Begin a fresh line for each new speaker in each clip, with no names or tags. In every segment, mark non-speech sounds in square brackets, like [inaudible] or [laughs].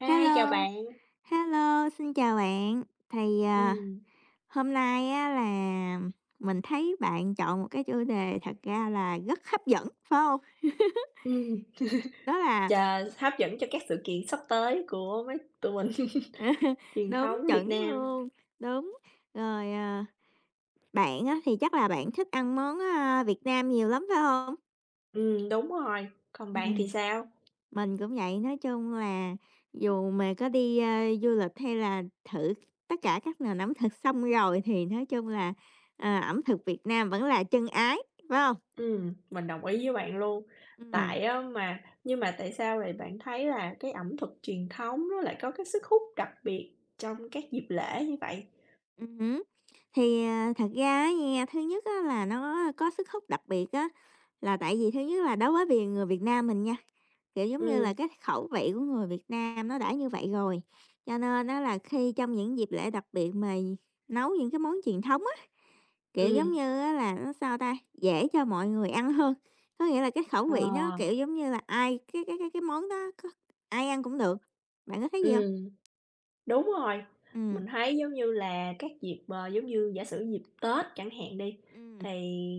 Hi, chào
Hello,
bạn.
hello, xin chào bạn. Thì,
Ừm,
hôm nay á là mình thấy bạn chọn một cái chủ đề thật ra là rất hấp dẫn, phải không?
ừm,
Đó là
chờ hấp dẫn cho các sự kiện sắp tới của mấy tụi mình, [laughs]
[laughs]
truyền
đúng,
thống Việt
chuẩn
Nam.
luôn, đúng. Rồi, bạn á thì chắc là bạn thích ăn món, Việt Nam nhiều lắm, phải không?
Đúng rồi, còn bạn thì
Ừm.
sao?
Mình cũng vậy, nói chung là dù mà có đi, du lịch hay là thử tất cả các nền ẩm thực xong rồi thì nói chung là, ẩm thực Việt Nam vẫn là chân ái, phải không?
Mình đồng ý với bạn luôn.
Ừm,
Tại á mà nhưng mà tại sao lại bạn thấy là cái ẩm thực truyền thống nó lại có cái sức hút đặc biệt trong các dịp lễ như vậy?
hứm. Thì, thật ra á nha, thứ nhất á là nó có sức hút đặc biệt á, là tại vì thứ nhất là đối với vì người Việt Nam mình nha, kiểu, giống như là,
Ừm,
cái khẩu vị của người Việt Nam nó đã như vậy rồi, cho nên á là khi trong những dịp lễ đặc biệt mà nấu những cái món truyền thống. Kiểu,
ừm,
giống như á là nó, sao ta, dễ cho mọi người ăn hơn, có nghĩa là cái khẩu
ờ,
vị nó, kiểu, giống như là, ai cái món đó có ai ăn cũng được. Bạn có thấy gì không?
ừm. Đúng rồi,
Ừm,
mình thấy giống như là các dịp, ờ, giống như giả sử dịp Tết chẳng hạn đi,
ừm,
thì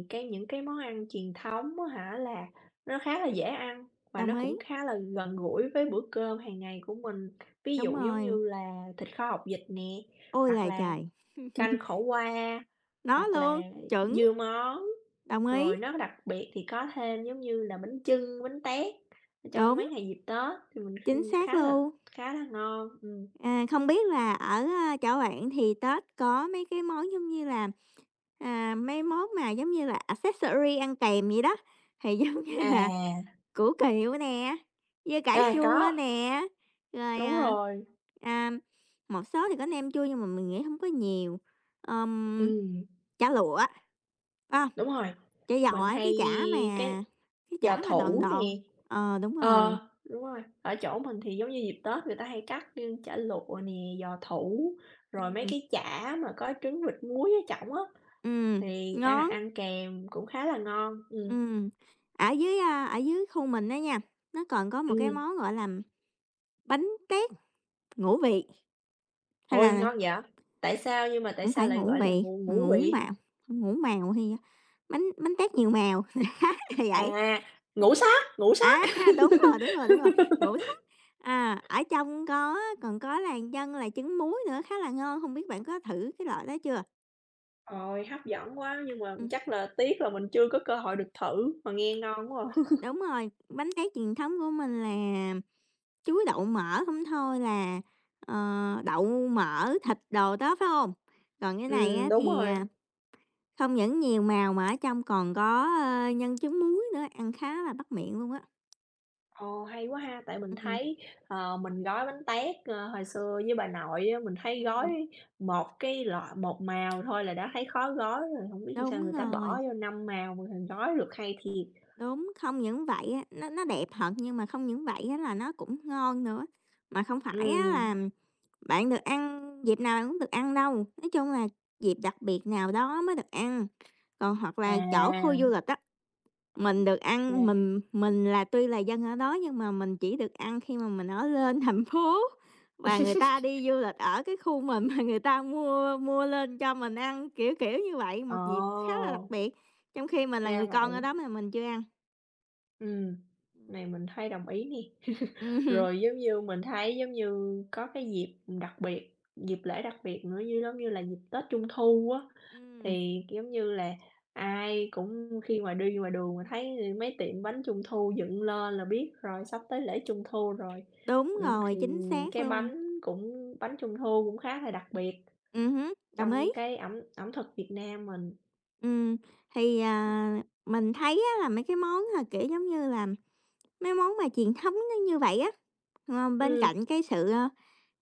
những cái món ăn truyền thống á hả, là nó khá là dễ ăn và
đồng
nó
ý,
cũng khá là gần gũi với bữa cơm hàng ngày của mình. Ví
đúng
dụ giống
rồi.
như là thịt kho học vịt nè,
Ôi
hoặc
là
là
trời!
canh khổ qua,
Nó
hoặc là
luôn, chuẩn,
dưa món,
đồng ý,
rồi nó đặc biệt thì có thêm giống như là bánh chưng, bánh tét trong
đúng,
mấy ngày dịp Tết thì mình
chính xác
khá là
luôn.
khá là ngon.
À, không biết là ở, chỗ bạn thì Tết có mấy cái món giống như là, mấy món mà giống như là accessory ăn kèm vậy đó, thì giống như là
À.
củ kiệu nè, dưa cải
À,
chua
có,
nè, rồi,
đúng rồi,
à, một số thì có nem chua nhưng mà mình nghĩ không có nhiều. Ờm,
ừm,
chả lụa, a,
đúng rồi,
chả giò
mình
ấy, cái
hay
chả mà
cái
cái chả
giò
mà đòn
thủ nè.
đòn. Ờ, đúng rồi,
Ờ, đúng rồi, ở chỗ mình thì giống như dịp Tết người ta hay cắt, ưm, chả lụa nè, giò thủ, rồi mấy
ừm,
cái chả mà có trứng vịt muối ở trong á,
ừm,
thì ăn
ngon,
ăn kèm cũng khá là ngon,
ừm. Ở dưới khu mình á nha, nó còn có một cái
ừm.
món gọi là bánh tét ngũ vị, hay
Ôi,
là
ngon vậy? Tại
hổng
sao
phải
lại
ngủ
gọi là
vẹt, mà
ngũ
ngủ
vị?
màu, ngủ màu, hay bánh bánh tét nhiều màu, [laughs] đó, thì vậy.
À, ngũ sắc!
À, đúng rồi, đúng rồi, đúng rồi, ngũ sắc, ở trong có còn có là nhân là trứng muối nữa khá là ngon. Không biết bạn có thử cái loại đó chưa?
Ôi, hấp dẫn quá, nhưng mà
Ừm,
chắc là tiếc là mình chưa có cơ hội được thử, mà nghe ngon quá à.
đúng rồi, bánh tét truyền thống của mình là chuối đậu mỡ không thôi là, ờ, đậu mỡ, thịt đồ đó, phải không? Còn cái này á
Đúng
thì,
rồi.
không những nhiều màu mà ở trong còn có, nhân trứng muối nữa, ăn khá là bắt miệng luôn á.
Ồ, hay quá ha! Tại mình
Ừm,
thấy, ờ, mình gói bánh tét, ơ, hồi xưa với bà nội á, mình thấy
ừm,
gói một cái loại một màu thôi là đã thấy khó gói rồi, không biết sao
đúng
người ta
rồi,
bỏ vô 5 màu mà còn gói được, hay thiệt.
đúng, không những vậy á, nó đẹp thật nhưng mà không những vậy á là nó cũng ngon nữa, mà không phải á
Ừm,
là bạn được ăn dịp nào bạn cũng được ăn đâu, nói chung là dịp đặc biệt nào đó mới được ăn. Còn hoặc là chỗ khu
à,
du lịch á, mình được ăn.
ra
Mình là tuy là dân ở đó nhưng mà mình chỉ được ăn khi mà mình ở lên thành phố và người ta
[laughs]
đi du lịch ở cái khu mình mà người ta mua mua lên cho mình ăn, kiểu, kiểu như vậy,
ồ,
một dịp khá là đặc biệt, trong khi mình là
ra
người con ở
vậy.
đó mà mình chưa ăn.
Ừm, này mình thấy đồng ý nè.
Hưm,
Rồi, giống như, mình thấy, giống như, có cái dịp đặc biệt, dịp lễ đặc biệt nữa như giống như là dịp Tết Trung thu á,
ừm,
thì, giống như là, ai cũng khi mà đi ngoài đường mà thấy mấy tiệm bánh Trung thu dựng lên là biết rồi sắp tới lễ Trung thu rồi.
đúng rồi,
Thì
chính xác
cái
luôn.
bánh cũng bánh Trung thu cũng khá là đặc biệt
Hứm, đồng ý.
trong cái ẩm ẩm thực Việt Nam mình.
Ừm, thì, mình thấy á là mấy cái món, à, kiểu, giống như là, mấy món mà truyền thống nó như vậy á, ờ, bên
Ừm.
cạnh cái sự,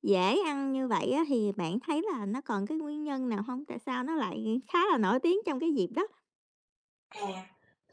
dễ ăn như vậy á, thì bạn thấy là nó còn cái nguyên nhân nào không? Tại sao nó lại khá là nổi tiếng trong cái dịp đó?
À,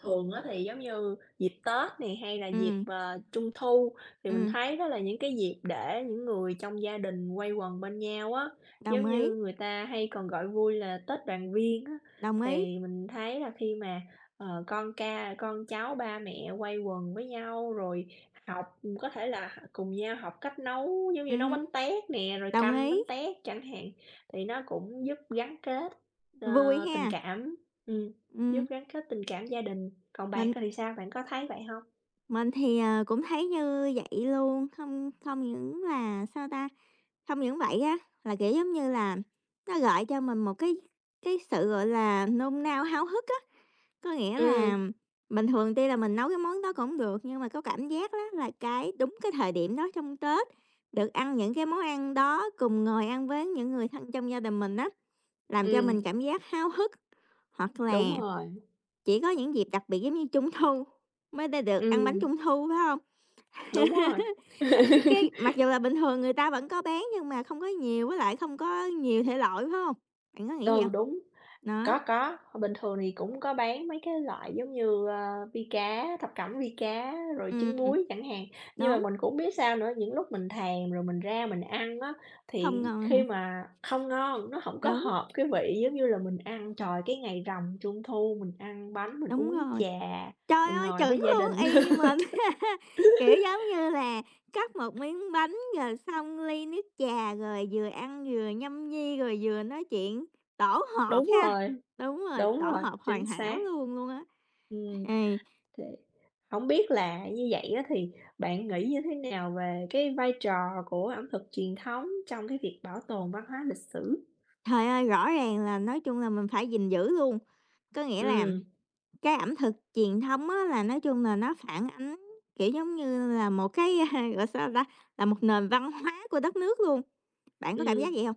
thường á thì giống như dịp Tết này hay là dịp,
Ừm,
ờ, Trung thu thì mình
ừm,
thấy đó là những cái dịp để những người trong gia đình quây quần bên nhau á.
đồng
Giống
ý,
như người ta hay còn gọi vui là Tết đoàn viên á,
đồng
thì
ý,
mình thấy là khi mà, ờ, con cháu ba mẹ quây quần với nhau, rồi học có thể là cùng nhau học cách nấu, giống như nấu bánh
hứm,
tét nè, rồi
đồng
canh
ý,
bánh tét chẳng hạn, thì nó cũng giúp gắn kết, ờ,
vui ha.
tình cảm. Ừm. Giúp
Ừm,
gắn kết tình cảm gia đình, còn bạn
mình
thì sao? Bạn có thấy vậy không?
Mình thì, cũng thấy như vậy luôn, không không những là sao ta? Không những vậy á, là, kiểu, giống như là, nó gợi cho mình một cái sự, gọi là, nôn nao háo hức á. Có nghĩa
Ừ,
là bình thường tuy là mình nấu cái món đó cũng được, nhưng mà có cảm giác đó là cái đúng cái thời điểm đó trong Tết, được ăn những cái món ăn đó, cùng ngồi ăn với những người thân trong gia đình mình á, làm cho
ừm,
mình cảm giác háo hức, hoặc
đúng
là
rồi,
chỉ có những dịp đặc biệt giống như Trung thu mới ta được ăn bánh
ừ,
Trung thu, phải không?
đúng rồi,
[laughs] Tại cái mặc dù là bình thường người ta vẫn có bán nhưng mà không có nhiều, với lại không có nhiều thể loại, phải không? Bạn có nghĩ gì
ừ,
không?
đúng,
Đó,
có, bình thường thì cũng có bán mấy cái loại giống như, ơ, vi cá, thập cẩm vi cá, rồi trứng
ừm.
muối chẳng hạn. Nhưng mà
Đúng,
mình cũng biết sao nữa, những lúc mình thèm rồi mình ra mình ăn á,
không
thì
ngon
khi
hả?
mà không ngon, nó không có
Đúng,
hợp cái vị giống như là mình ăn, trời, cái ngày rằm Trung thu mình ăn bánh, mình
đúng
uống
rồi.
trà,
Trời
mình
ơi,
ngồi
chuẩn
với gia
luôn,
đình.
y như
[laughs]
mình. [laughs] Kiểu, giống như là, cắt một miếng bánh rồi xong ly nước trà, rồi vừa ăn vừa nhâm nhi, rồi vừa nói chuyện, tổ hợp
Đúng
ha.
rồi.
Đúng rồi,
Đúng
tổ
rồi,
hợp hoàn
chính
hảo
xác.
luôn luôn á.
Ừm,
Ê,
thì hổng biết là như vậy á thì bạn nghĩ như thế nào về cái vai trò của ẩm thực truyền thống trong cái việc bảo tồn văn hóa lịch sử?
trời ơi, rõ ràng là nói chung là mình phải gìn giữ luôn. Có nghĩa là
Ừm,
cái ẩm thực truyền thống á là nói chung là nó phản ánh, kiểu, giống như là một cái, [laughs] gọi sao ta, là một nền văn hóa của đất nước luôn. Bạn có cảm
ừm.
giác vậy không?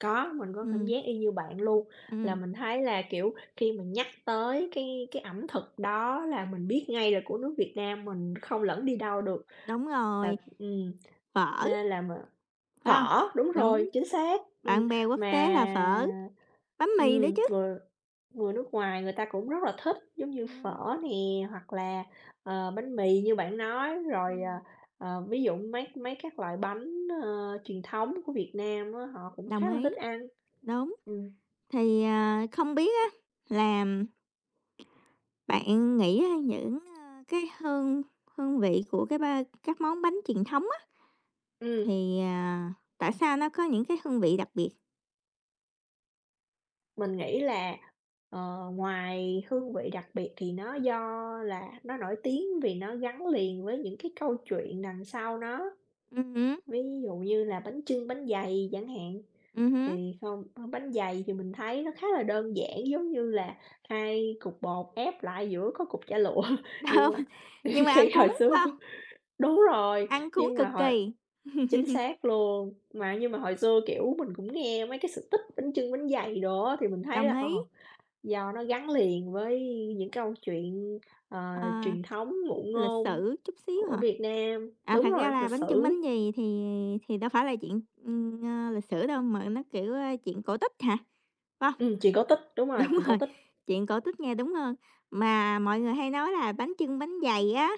Có, mình có cảm
Ừm,
giác y như bạn luôn, là
ừm.
mình thấy là, kiểu, khi mình nhắc tới cái ẩm thực đó là mình biết ngay là của nước Việt Nam, mình không lẫn đi đâu được.
Đúng
Là
rồi, phở,
nên là m
phải không?
Phở, đúng rồi,
Đúng,
chính xác. Ừm,
bạn bè quốc
mà
tế là phở, bánh mì nữa chứ.
người người nước ngoài người ta cũng rất là thích, giống như
Ừm,
phở nè, hoặc là, ờ, bánh mì như bạn nói, rồi,
ừm.
ví dụ mấy mấy các loại bánh, ơ, truyền thống của Việt Nam á, họ cũng
Đồng
khá là
ý,
thích ăn.
đúng.
Ừm,
Thì, không biết á là bạn nghĩ á những, cái hương hương vị của cái ba các món bánh truyền thống á,
ừm,
thì, à, tại sao nó có những cái hương vị đặc biệt?
mình nghĩ là, ờ, ngoài hương vị đặc biệt thì nó là nó nổi tiếng vì nó gắn liền với những cái câu chuyện đằng sau nó.
Hứm,
Ví dụ như là bánh chưng, bánh dày chẳng hạn,
hứm,
thì không bánh dày thì mình thấy nó khá là đơn giản, giống như là hai cục bột ép lại giữa có cục chả lụa, [laughs] nhưng
đúng,
mà
[laughs] nhưng
[laughs]
mà
khi
ăn cuốn,
hồi xưa
phải hông?
[laughs] đúng rồi,
Ăn cuốn
nhưng
cực
mà hồi
kỳ.
chính
[laughs]
xác luôn, mà nhưng mà hồi xưa, kiểu, mình cũng nghe mấy cái sự tích bánh chưng, bánh dày đó thì mình thấy
Đồng
là, ờ,
ý,
do nó gắn liền với những câu chuyện, ờ,
ờ.
truyền thống, ngụ
Lịch
ngôn
sử chút xíu
của
hả?
Việt Nam.
À,
Đúng
thật ra
rồi,
là
lịch
bánh chưng
sử,
bánh gì thì đâu phải là chuyện, ờ, lịch sử đâu, mà nó, kiểu, ơ, chuyện cổ tích hả? Phải.
chuyện cổ tích, đúng
[laughs]
rồi,
Đúng
chuyện cổ
rồi,
tích.
chuyện cổ tích nghe đúng hơn. Mà mọi người hay nói là bánh chưng bánh dày á,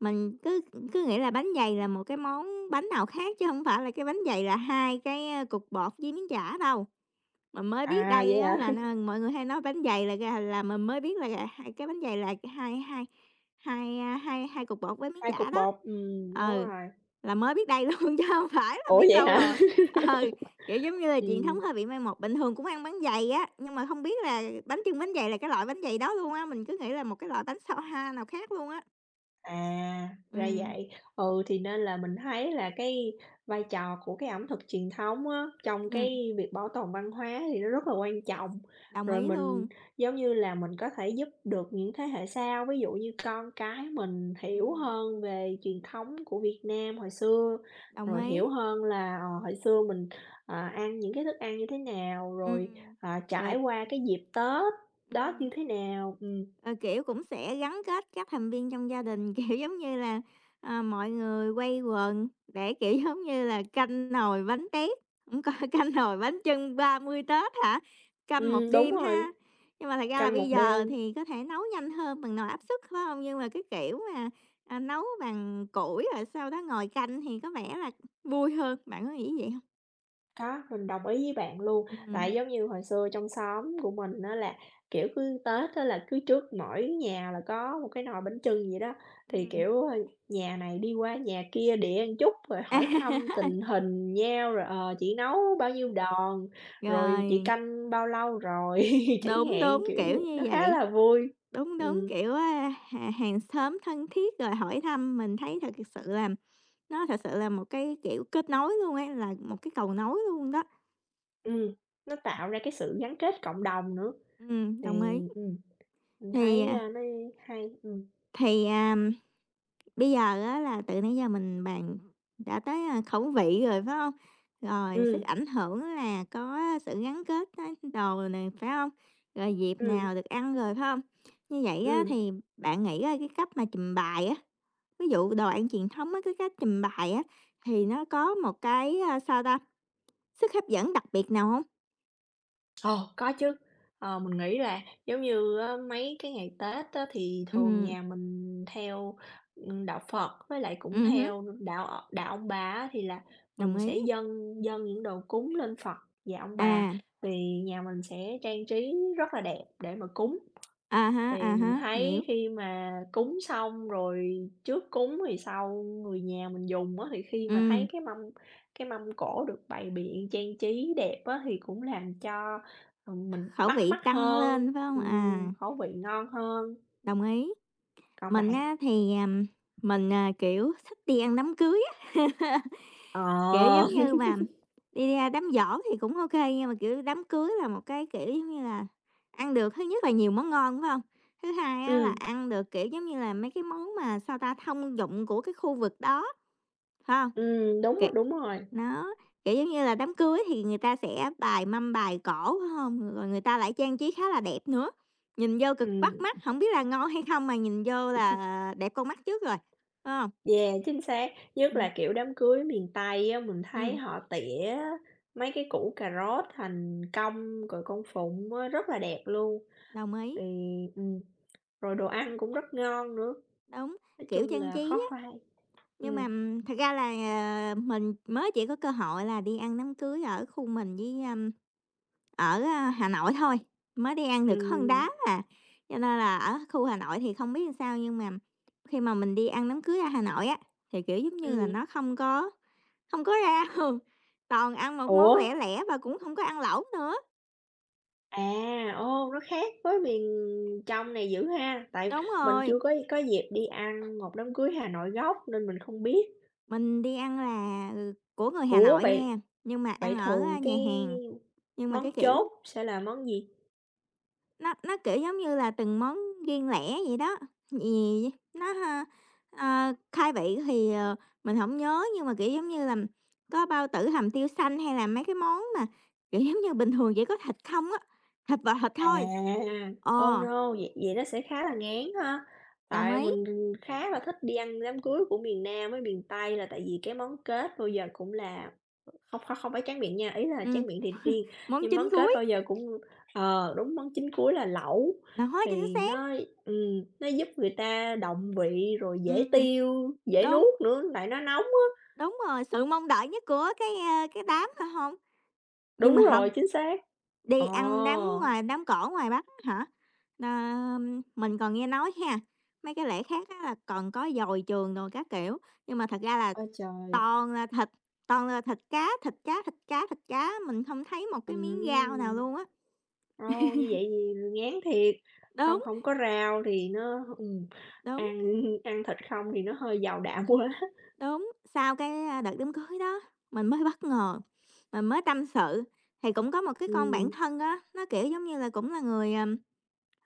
mình cứ cứ nghĩ là bánh dày là một cái món bánh nào khác chứ không phải là cái bánh dày là hai cái, cục bột với miếng chả đâu. Mình mới biết
À,
đây
vậy
á
hả?
là
[laughs]
mọi người hay nói bánh dày là gà, là mình mới biết là gà, hai cái bánh dày là hai hai hai, a, hai hai cục bột với miếng
2
chả
cục
đó.
bột, đúng
Ừ,
rồi.
là mới biết đây luôn [laughs] chứ không phải là
Ủa,
biết
vậy
lâu
hả?
rồi. Ừ,
[laughs]
kiểu, giống như là truyền thống
Ừm.
hơi bị mai một, bình thường cũng ăn bánh dày á, nhưng mà không biết là bánh chưng bánh dày là cái loại bánh dày đó luôn á, mình cứ nghĩ là một cái loại bánh sao ha nào khác luôn á.
À,
Ừ,
ra vậy. Ừ, thì nên là mình thấy là cái vai trò của cái ẩm thực truyền thống á, trong
ừ,
cái việc bảo tồn văn hóa thì nó rất là quan trọng.
đồng
Rồi
ý
mình
luôn.
giống như là mình có thể giúp được những thế hệ sau, ví dụ như con cái mình hiểu
Ừm,
hơn về truyền thống của Việt Nam hồi xưa,
đồng
rồi
ý.
hiểu hơn là ờ, hồi xưa mình à, ăn những cái thức ăn như thế nào, rồi
Ừm,
à,
rồi
trải qua cái dịp Tết đó
ừm.
như thế nào. Ừ,
Ờ, kiểu, cũng sẽ gắn kết các thành viên trong gia đình, [laughs] kiểu, giống như là, ờ, mọi người quây quần để, kiểu, giống như là, canh nồi bánh tét, cũng có [laughs] canh nồi bánh chưng 30 Tết hả? Canh một
ừ, đúng
đêm
rồi,
ha. Nhưng mà thật ra là
canh
bây
một
giờ
đêm.
thì có thể nấu nhanh hơn bằng nồi áp suất, phải không? Nhưng mà cái kiểu mà, à, nấu bằng củi rồi sau đó ngồi canh thì có vẻ là vui hơn, bạn có nghĩ vậy không?
Có, mình đồng ý với bạn luôn.
Ừm,
Tại giống như hồi xưa trong xóm của mình á là, kiểu, cứ Tết á là cứ trước mỗi nhà là có một cái nồi bánh chưng vậy đó, thì,
ừm.
kiểu, ơ, nhà này đi qua nhà kia để ăn chút rồi hỏi thăm
[laughs]
tình hình nhau, rồi, ờ, "Chị nấu bao nhiêu đòn?", rồi "Chị
Rồi,
canh bao lâu rồi?" [laughs] chẳng
đúng,
hạn,
đúng,
kiểu
kiểu
vậy, nó
như
khá
vậy.
là vui.
Đúng, đúng,
Ừm,
kiểu, a, hà hàng xóm thân thiết rồi hỏi thăm, mình thấy thật sự là nó thật sự là một cái, kiểu, kết nối luôn ấy, là một cái cầu nối luôn đó.
ừm, nó tạo ra cái sự gắn kết cộng đồng nữa, thì,
Đồng ý.
ừm, mình
Thì,
thấy,
à,
a, nó hay.
thì, à, bây giờ á là từ nãy giờ mình bàn đã tới, khẩu vị rồi, phải không? Rồi sức
Ừm,
ảnh hưởng là có sự gắn kết á, đồ này phải không? Rồi dịp
ừm,
nào được ăn rồi, phải hông? Như vậy á
ừm.
thì bạn nghĩ, cái cách mà trình bày á, ví dụ đồ ăn truyền thống á, cái cách trình bày á, thì nó có một cái, sao ta, sức hấp dẫn đặc biệt nào không?
Ờ, có chứ. Ờ, mình nghĩ là giống như á, mấy cái ngày Tết á, thì thường
Ừ,
nhà mình theo, đạo Phật với lại cũng
hứm,
theo đạo đạo ông bà á, thì là
đồng
mình
ý.
sẽ dâng dâng những đồ cúng lên Phật và ông bà,
À,
thì nhà mình sẽ trang trí rất là đẹp để mà cúng.
à
Thì
há,
mình thấy
hiểu.
khi mà cúng xong rồi trước cúng thì sau người nhà mình dùng á, thì khi mà
Ừm,
thấy cái mâm cỗ được bày biện trang trí đẹp á, thì cũng làm cho, ờ, mình
khẩu
bắt
vị
mắt
tăng
hơn,
lên, phải không? À,
khẩu vị ngon hơn.
đồng ý.
Còn
Mình
bạn?
á thì, mình, à, kiểu, thích đi ăn đám cưới á. [laughs] Kiểu,
Ờ.
giống như
[laughs]
mà đi ra đám giỗ thì cũng OK nhưng mà, kiểu, đám cưới là một cái, kiểu, giống như là, ăn được thứ nhất là nhiều món ngon, phải không? Thứ hai á là
Ừm,
ăn được, kiểu, giống như là, mấy cái món mà, sao ta, thông dụng của cái khu vực đó, phải hông?
đúng
Kiểu
rồi, đúng rồi.
nó, kiểu, giống như là, đám cưới thì người ta sẽ bài mâm bài cỗ, phải hông? Rồi người ta lại trang trí khá là đẹp nữa, nhìn vô cực
Ừm,
bắt mắt, không biết là ngon hay không mà nhìn vô là đẹp con mắt trước rồi, phải hông?
yeah, chính xác. Nhất
Ừm,
là, kiểu, đám cưới miền Tây á, mình thấy
ừm,
họ tỉa mấy cái củ cà rốt thành cong rồi con phụng á, rất là đẹp luôn.
đồng ý,
Thì ừm, rồi đồ ăn cũng rất ngon nữa,
đúng,
nói
kiểu
chung
trang
là
trí.
khó phai.
Nhưng mà,
Ừ
thật ra là, ờ, mình mới chỉ có cơ hội là đi ăn đám cưới ở khu mình với, ở, Hà Nội thôi, mới đi ăn được có một
ừ
đám à, cho nên là ở khu Hà Nội thì không biết làm sao nhưng mà khi mà mình đi ăn đám cưới ở Hà Nội á, thì, kiểu, giống như là,
ừm.
nó không có không có rau, [laughs] toàn ăn một món
Ủa?
lẻ lẻ và cũng không có ăn lẩu nữa.
À, ô, nó khác với miền trong này dữ ha, tại
Đúng
mình
rồi,
chưa có dịp đi ăn một đám cưới Hà Nội gốc nên mình không biết.
mình đi ăn là, ừ, của người Hà
Ủa,
Nội
vậy
nha, nhưng mà
vậy
ăn ở,
thường cái
nhà hàng, nhưng mà
món
cái kiểu,
chốt sẽ là món gì?
nó, kiểu, giống như là từng món riêng lẻ vậy đó, vì nó, ha, khai vị thì, mình không nhớ nhưng mà, kiểu, giống như là, có bao tử hầm tiêu xanh hay là mấy cái món mà, kiểu, giống như bình thường chỉ có thịt không á, thịt và thịt
À,
thôi.
oh
Ờ,
no, vậy vậy nó sẽ khá là ngán ha.
đồng
Tại
ý,
mình khá là thích đi ăn đám cưới của miền Nam với miền Tây là tại vì cái món kết bao giờ cũng là không không không phải tráng miệng nha, ý là
ừm,
tráng miệng thì riêng,
món
nhưng
chính
món kết
cuối,
bao giờ cũng ờ, đúng món chính cuối là lẩu
đó, chính
thì
xác,
nó giúp người ta động vị rồi dễ
ừm,
tiêu, dễ
đúng,
nuốt nữa, lại nó nóng á.
đúng rồi, sự mong đợi nhất của cái đám mà không? Nhưng
Đúng
mà
rồi,
không.
chính xác.
Đi
Ồ,
ăn đám ngoài, đám cổ ngoài Bắc á hả? Ờ, mình còn nghe nói ha, mấy cái lễ khác á là còn có dồi trường đồ các kiểu, nhưng mà thật ra là
ôi trời.
toàn là thịt, toàn là thịt cá, thịt cá, thịt cá, thịt cá, mình không thấy một
Ừ
cái miếng rau nào luôn á.
Ồ, như vậy thì ngán thiệt, không
Đúng,
không có rau thì nó
đúng,
ăn [laughs] ăn thịt không thì nó hơi giàu đạm quá.
đúng, sau cái, đợt đám cưới đó, mình mới bất ngờ, mình mới tâm sự, thì cũng có một
[laughs]
cái con bạn
Ừm.
thân á, nó, kiểu, giống như là, cũng là người, ờ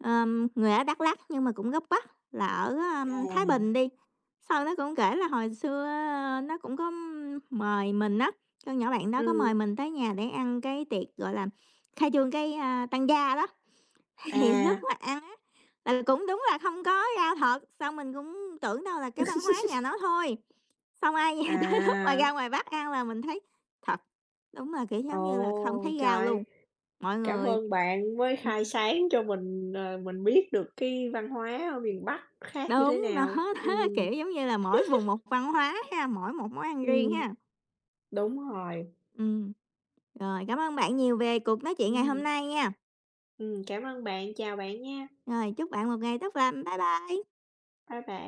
Ờm, người ở Đắk Lắk nhưng mà cũng gốc Bắc là ở, Thái
À.
Bình đi, sau nó cũng kể là hồi xưa nó cũng có mời mình á, con nhỏ bạn đó có mời
Ừm,
mình tới nhà để ăn cái tiệc, gọi là, khai trương cái, tăng gia đó, [laughs] thì lúc
à.
mà ăn á là cũng đúng là không có rau thật. Sau mình cũng tưởng đâu là cái văn hóa nhà nó
[laughs]
thôi. Xong ai về [laughs] tới lúc mà
À,
ra ngoài Bắc ăn là mình thấy thật, đúng là, kiểu, giống như là, không
ồ,
thấy rau
trời,
luôn, mọi
cảm
người
ơn bạn mới khai
ừm.
sáng cho mình, ờ, mình biết được cái văn hóa ở miền Bắc khác như thế
Đúng, nó
nào.
đó, kiểu, giống như là, mỗi vùng một văn hóa ha, mỗi một món ăn riêng
Ừm,
ha.
đúng rồi.
Ừm. Rồi, cảm ơn bạn nhiều về cuộc nói chuyện ngày hôm
Ừm,
nay nha.
cảm ơn bạn, chào bạn nha.
Rồi, chúc bạn một ngày tốt lành. Bye bye.
Bye bạn.